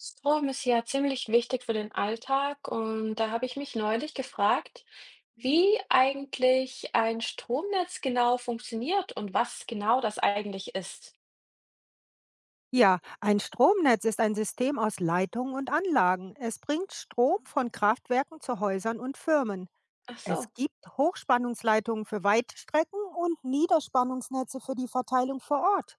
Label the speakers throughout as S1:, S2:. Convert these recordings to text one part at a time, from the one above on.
S1: Strom ist ja ziemlich wichtig für den Alltag und da habe ich mich neulich gefragt, wie eigentlich ein Stromnetz genau funktioniert und was genau das eigentlich ist.
S2: Ja, ein Stromnetz ist ein System aus Leitungen und Anlagen. Es bringt Strom von Kraftwerken zu Häusern und Firmen.
S1: Ach so,
S2: Es gibt Hochspannungsleitungen für Weitstrecken und Niederspannungsnetze für die Verteilung vor Ort.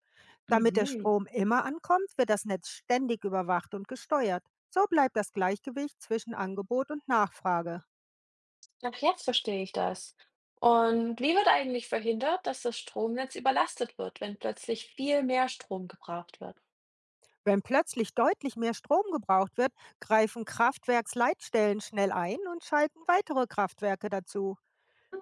S2: Damit der
S1: mhm.
S2: Strom immer ankommt, wird das Netz ständig überwacht und gesteuert. So bleibt das Gleichgewicht zwischen Angebot und Nachfrage.
S1: Ach, jetzt verstehe ich das. Und wie wird eigentlich verhindert, dass das Stromnetz überlastet wird, wenn plötzlich viel mehr Strom gebraucht wird?
S2: Wenn plötzlich deutlich mehr Strom gebraucht wird, greifen Kraftwerksleitstellen schnell ein und schalten weitere Kraftwerke dazu.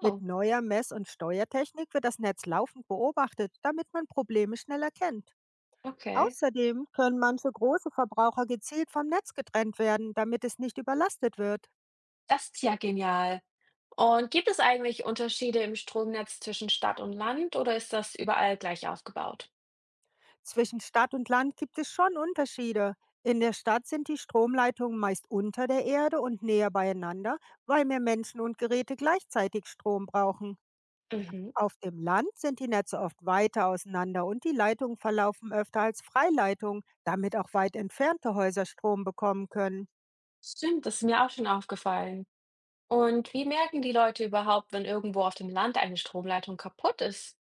S2: Mit neuer Mess- und Steuertechnik wird das Netz laufend beobachtet, damit man Probleme schnell erkennt.
S1: okay.
S2: Außerdem können manche große Verbraucher gezielt vom Netz getrennt werden, damit es nicht überlastet wird.
S1: Das ist ja genial. Und gibt es eigentlich Unterschiede im Stromnetz zwischen Stadt und Land oder ist das überall gleich aufgebaut?
S2: Zwischen Stadt und Land gibt es schon Unterschiede. In der Stadt sind die Stromleitungen meist unter der Erde und näher beieinander, weil mehr Menschen und Geräte gleichzeitig Strom brauchen.
S1: Mhm.
S2: Auf dem Land sind die Netze oft weiter auseinander und die Leitungen verlaufen öfter als Freileitungen, damit auch weit entfernte Häuser Strom bekommen können.
S1: Stimmt, das ist mir auch schon aufgefallen. Und wie merken die Leute überhaupt, wenn irgendwo auf dem Land eine Stromleitung kaputt ist?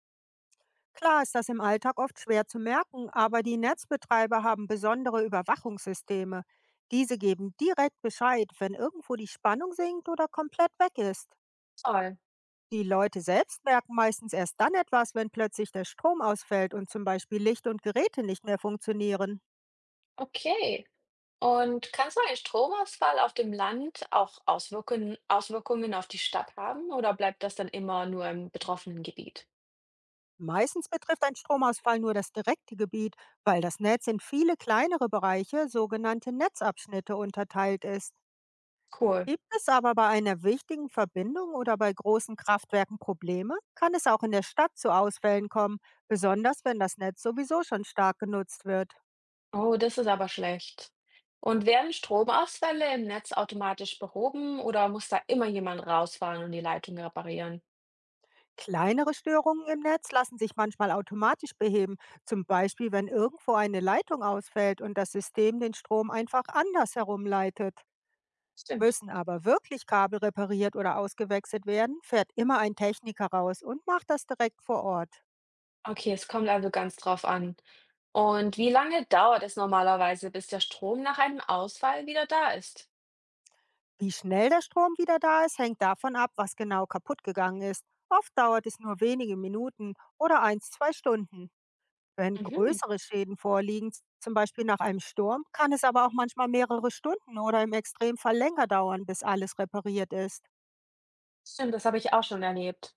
S2: Klar ist das im Alltag oft schwer zu merken, aber die Netzbetreiber haben besondere Überwachungssysteme. Diese geben direkt Bescheid, wenn irgendwo die Spannung sinkt oder komplett weg ist.
S1: Toll.
S2: Die Leute selbst merken meistens erst dann etwas, wenn plötzlich der Strom ausfällt und zum Beispiel Licht und Geräte nicht mehr funktionieren.
S1: Okay. Und kann so ein Stromausfall auf dem Land auch Auswirkungen auf die Stadt haben oder bleibt das dann immer nur im betroffenen Gebiet?
S2: Meistens betrifft ein Stromausfall nur das direkte Gebiet, weil das Netz in viele kleinere Bereiche, sogenannte Netzabschnitte, unterteilt ist.
S1: Cool.
S2: Gibt es aber bei einer wichtigen Verbindung oder bei großen Kraftwerken Probleme, kann es auch in der Stadt zu Ausfällen kommen, besonders wenn das Netz sowieso schon stark genutzt wird.
S1: Oh, das ist aber schlecht. Und werden Stromausfälle im Netz automatisch behoben oder muss da immer jemand rausfahren und die Leitung reparieren?
S2: Kleinere Störungen im Netz lassen sich manchmal automatisch beheben, zum Beispiel wenn irgendwo eine Leitung ausfällt und das System den Strom einfach anders herumleitet.
S1: Stimmt.
S2: Müssen aber wirklich Kabel repariert oder ausgewechselt werden, fährt immer ein Techniker raus und macht das direkt vor Ort.
S1: Okay, es kommt also ganz drauf an. Und wie lange dauert es normalerweise, bis der Strom nach einem Ausfall wieder da ist?
S2: Wie schnell der Strom wieder da ist, hängt davon ab, was genau kaputt gegangen ist. Oft dauert es nur wenige Minuten oder eins, zwei Stunden. Wenn
S1: Mhm,
S2: größere Schäden vorliegen, zum Beispiel nach einem Sturm, kann es aber auch manchmal mehrere Stunden oder im Extremfall länger dauern, bis alles repariert ist.
S1: stimmt, das habe ich auch schon erlebt.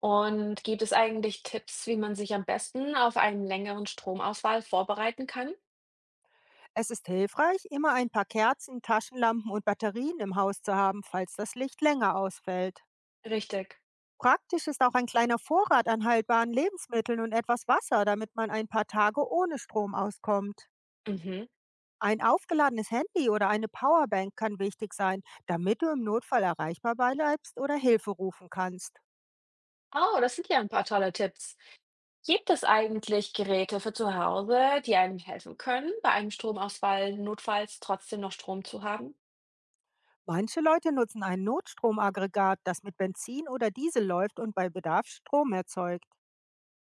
S1: Und gibt es eigentlich Tipps, wie man sich am besten auf einen längeren Stromausfall vorbereiten kann?
S2: Es ist hilfreich, immer ein paar Kerzen, Taschenlampen und Batterien im Haus zu haben, falls das Licht länger ausfällt.
S1: Richtig.
S2: Praktisch ist auch ein kleiner Vorrat an haltbaren Lebensmitteln und etwas Wasser, damit man ein paar Tage ohne Strom auskommt.
S1: Mhm.
S2: Ein aufgeladenes Handy oder eine Powerbank kann wichtig sein, damit du im Notfall erreichbar bleibst oder Hilfe rufen kannst.
S1: Oh, das sind ja ein paar tolle Tipps. Gibt es eigentlich Geräte für zu Hause, die einem helfen können, bei einem Stromausfall notfalls trotzdem noch Strom zu haben?
S2: Manche Leute nutzen ein Notstromaggregat, das mit Benzin oder Diesel läuft und bei Bedarf Strom erzeugt.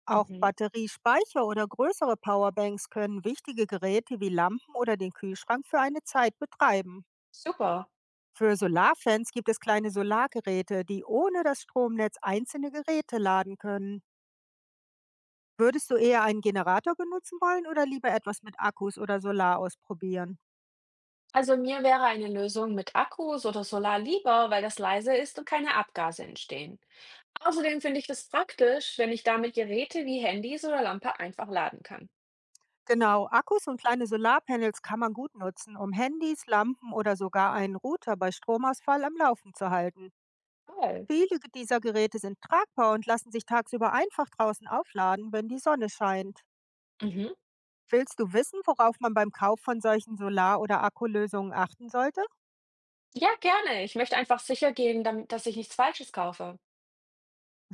S2: Auch
S1: Mhm.
S2: Batteriespeicher oder größere Powerbanks können wichtige Geräte wie Lampen oder den Kühlschrank für eine Zeit betreiben.
S1: Super.
S2: Für Solarfans gibt es kleine Solargeräte, die ohne das Stromnetz einzelne Geräte laden können. Würdest du eher einen Generator benutzen wollen oder lieber etwas mit Akkus oder Solar ausprobieren?
S1: Also mir wäre eine Lösung mit Akkus oder Solar lieber, weil das leise ist und keine Abgase entstehen. Außerdem finde ich das praktisch, wenn ich damit Geräte wie Handys oder Lampe einfach laden kann.
S2: Genau, Akkus und kleine Solarpanels kann man gut nutzen, um Handys, Lampen oder sogar einen Router bei Stromausfall am Laufen zu halten.
S1: Toll.
S2: Dieser Geräte sind tragbar und lassen sich tagsüber einfach draußen aufladen, wenn die Sonne scheint.
S1: Mhm.
S2: Willst du wissen, worauf man beim Kauf von solchen Solar- oder Akkulösungen achten sollte?
S1: Ja, gerne. Ich möchte einfach sicher gehen, dass ich nichts Falsches kaufe.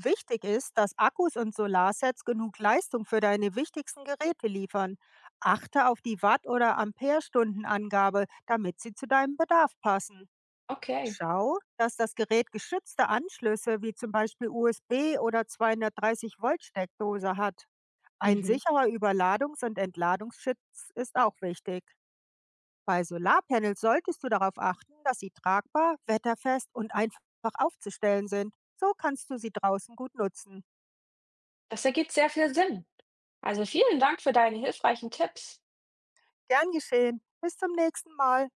S2: Wichtig ist, dass Akkus und Solarsets genug Leistung für deine wichtigsten Geräte liefern. Achte auf die Watt- oder Amperestundenangabe, damit sie zu deinem Bedarf passen.
S1: Okay.
S2: Schau, dass das Gerät geschützte Anschlüsse wie zum Beispiel USB oder 230 Volt Steckdose hat. Ein
S1: Mhm.
S2: sicherer Überladungs- und Entladungsschutz ist auch wichtig. Bei Solarpanels solltest du darauf achten, dass sie tragbar, wetterfest und einfach aufzustellen sind. So kannst du sie draußen gut nutzen.
S1: Das ergibt sehr viel Sinn. Also vielen Dank für deine hilfreichen Tipps.
S2: Gern geschehen. Bis zum nächsten Mal.